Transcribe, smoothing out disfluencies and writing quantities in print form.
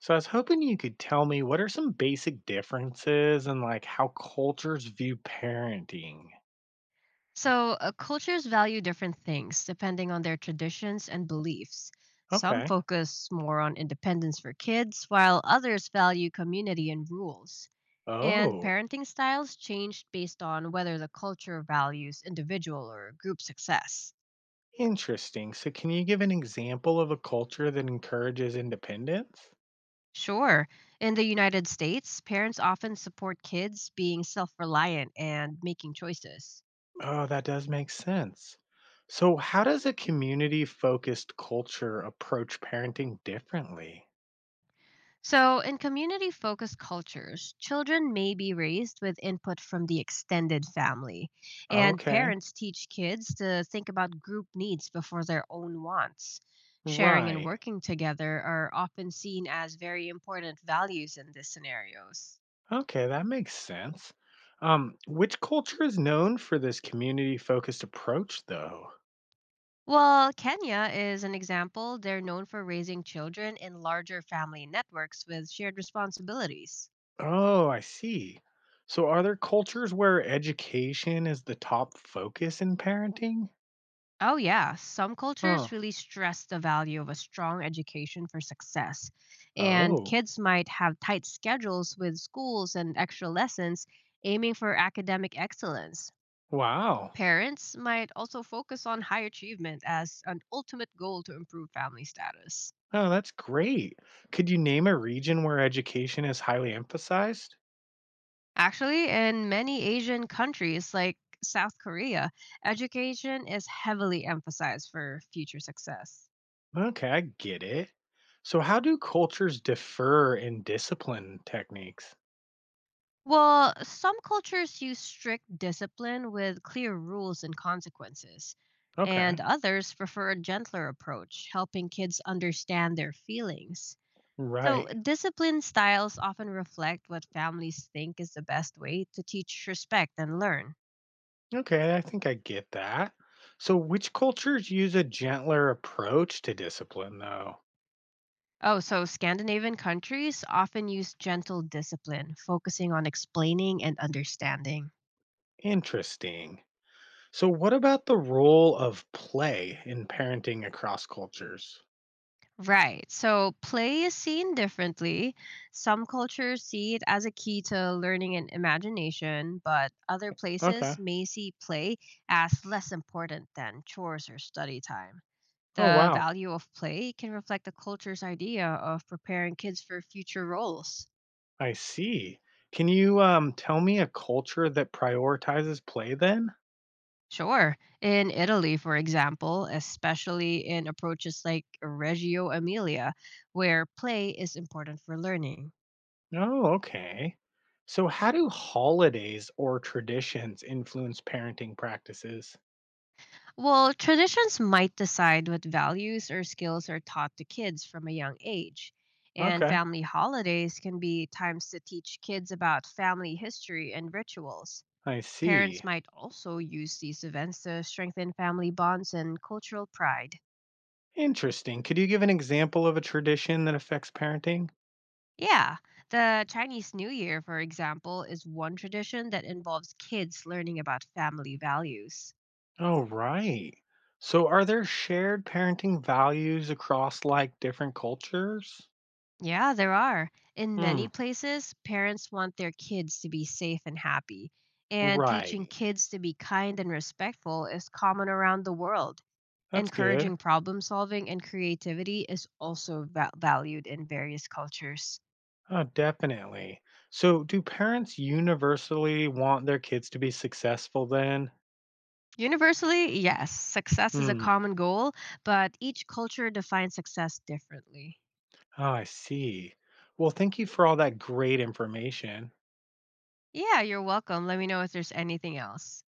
So I was hoping you could tell me what are some basic differences in like how cultures view parenting. So, cultures value different things depending on their traditions and beliefs. Some Okay. focus more on independence for kids, while others value community and rules. And Oh, parenting styles change based on whether the culture values individual or group success. interesting. So can you give an example of a culture that encourages independence? Sure, in the United States, parents often support kids being self reliant and making choices. Oh, that does make sense. So how does a community-focused culture approach parenting differently? So, in community focused cultures, children may be raised with input from the extended family, and Okay. parents teach kids to think about group needs before their own wants. Sharing and Right. working together are often seen as very important values in these scenarios. Okay, that makes sense. Which culture is known for this community-focused approach though? Well, Kenya is an example. They're known for raising children in larger family networks with shared responsibilities. Oh, I see. So are there cultures where education is the top focus in parenting? Oh, yeah. Some Huh. cultures really stress the value of a strong education for success. And Oh, kids might have tight schedules with schools and extra lessons, aiming for academic excellence. wow. Parents might also focus on high achievement as an ultimate goal to improve family status. Oh, that's great. Could you name a region where education is highly emphasized? Actually, in many Asian countries like South Korea, education is heavily emphasized for future success. Okay, I get it. So how do cultures differ in discipline techniques? Well, some cultures use strict discipline with clear rules and consequences, and Okay. others prefer a gentler approach, helping kids understand their feelings. So, Right. discipline styles often reflect what families think is the best way to teach respect and learn. Okay, I think I get that. So which cultures use a gentler approach to discipline though? Oh, so Scandinavian countries often use gentle discipline, focusing on explaining and understanding. Interesting. So, what about the role of play in parenting across cultures? Right. So play is seen differently. Some cultures see it as a key to learning and imagination, but other places Okay. may see play as less important than chores or study time. Oh, The wow. value of play can reflect the culture's idea of preparing kids for future roles. I see. Can you tell me a culture that prioritizes play then? Sure. In Italy, for example, especially in approaches like Reggio Emilia, where play is important for learning. Oh, okay. So, how do holidays or traditions influence parenting practices? Well, traditions might decide what values or skills are taught to kids from a young age. And Okay. family holidays can be times to teach kids about family history and rituals. I Parents see. might also use these events to strengthen family bonds and cultural pride. Interesting. Could you give an example of a tradition that affects parenting? Yeah, the Chinese New Year, for example, is one tradition that involves kids learning about family values. Oh, right. So, are there shared parenting values across like different cultures? Yeah, there are. In many Mm, places, parents want their kids to be safe and happy, and teaching right. kids to be kind and respectful is common around the world. That's good. Encouraging problem solving and creativity is also valued in various cultures. Oh, definitely. So, do parents universally want their kids to be successful then? Universally, yes, success is a Hmm. common goal, but each culture defines success differently. Oh, I see. Well, thank you for all that great information. Yeah, you're welcome. Let me know if there's anything else.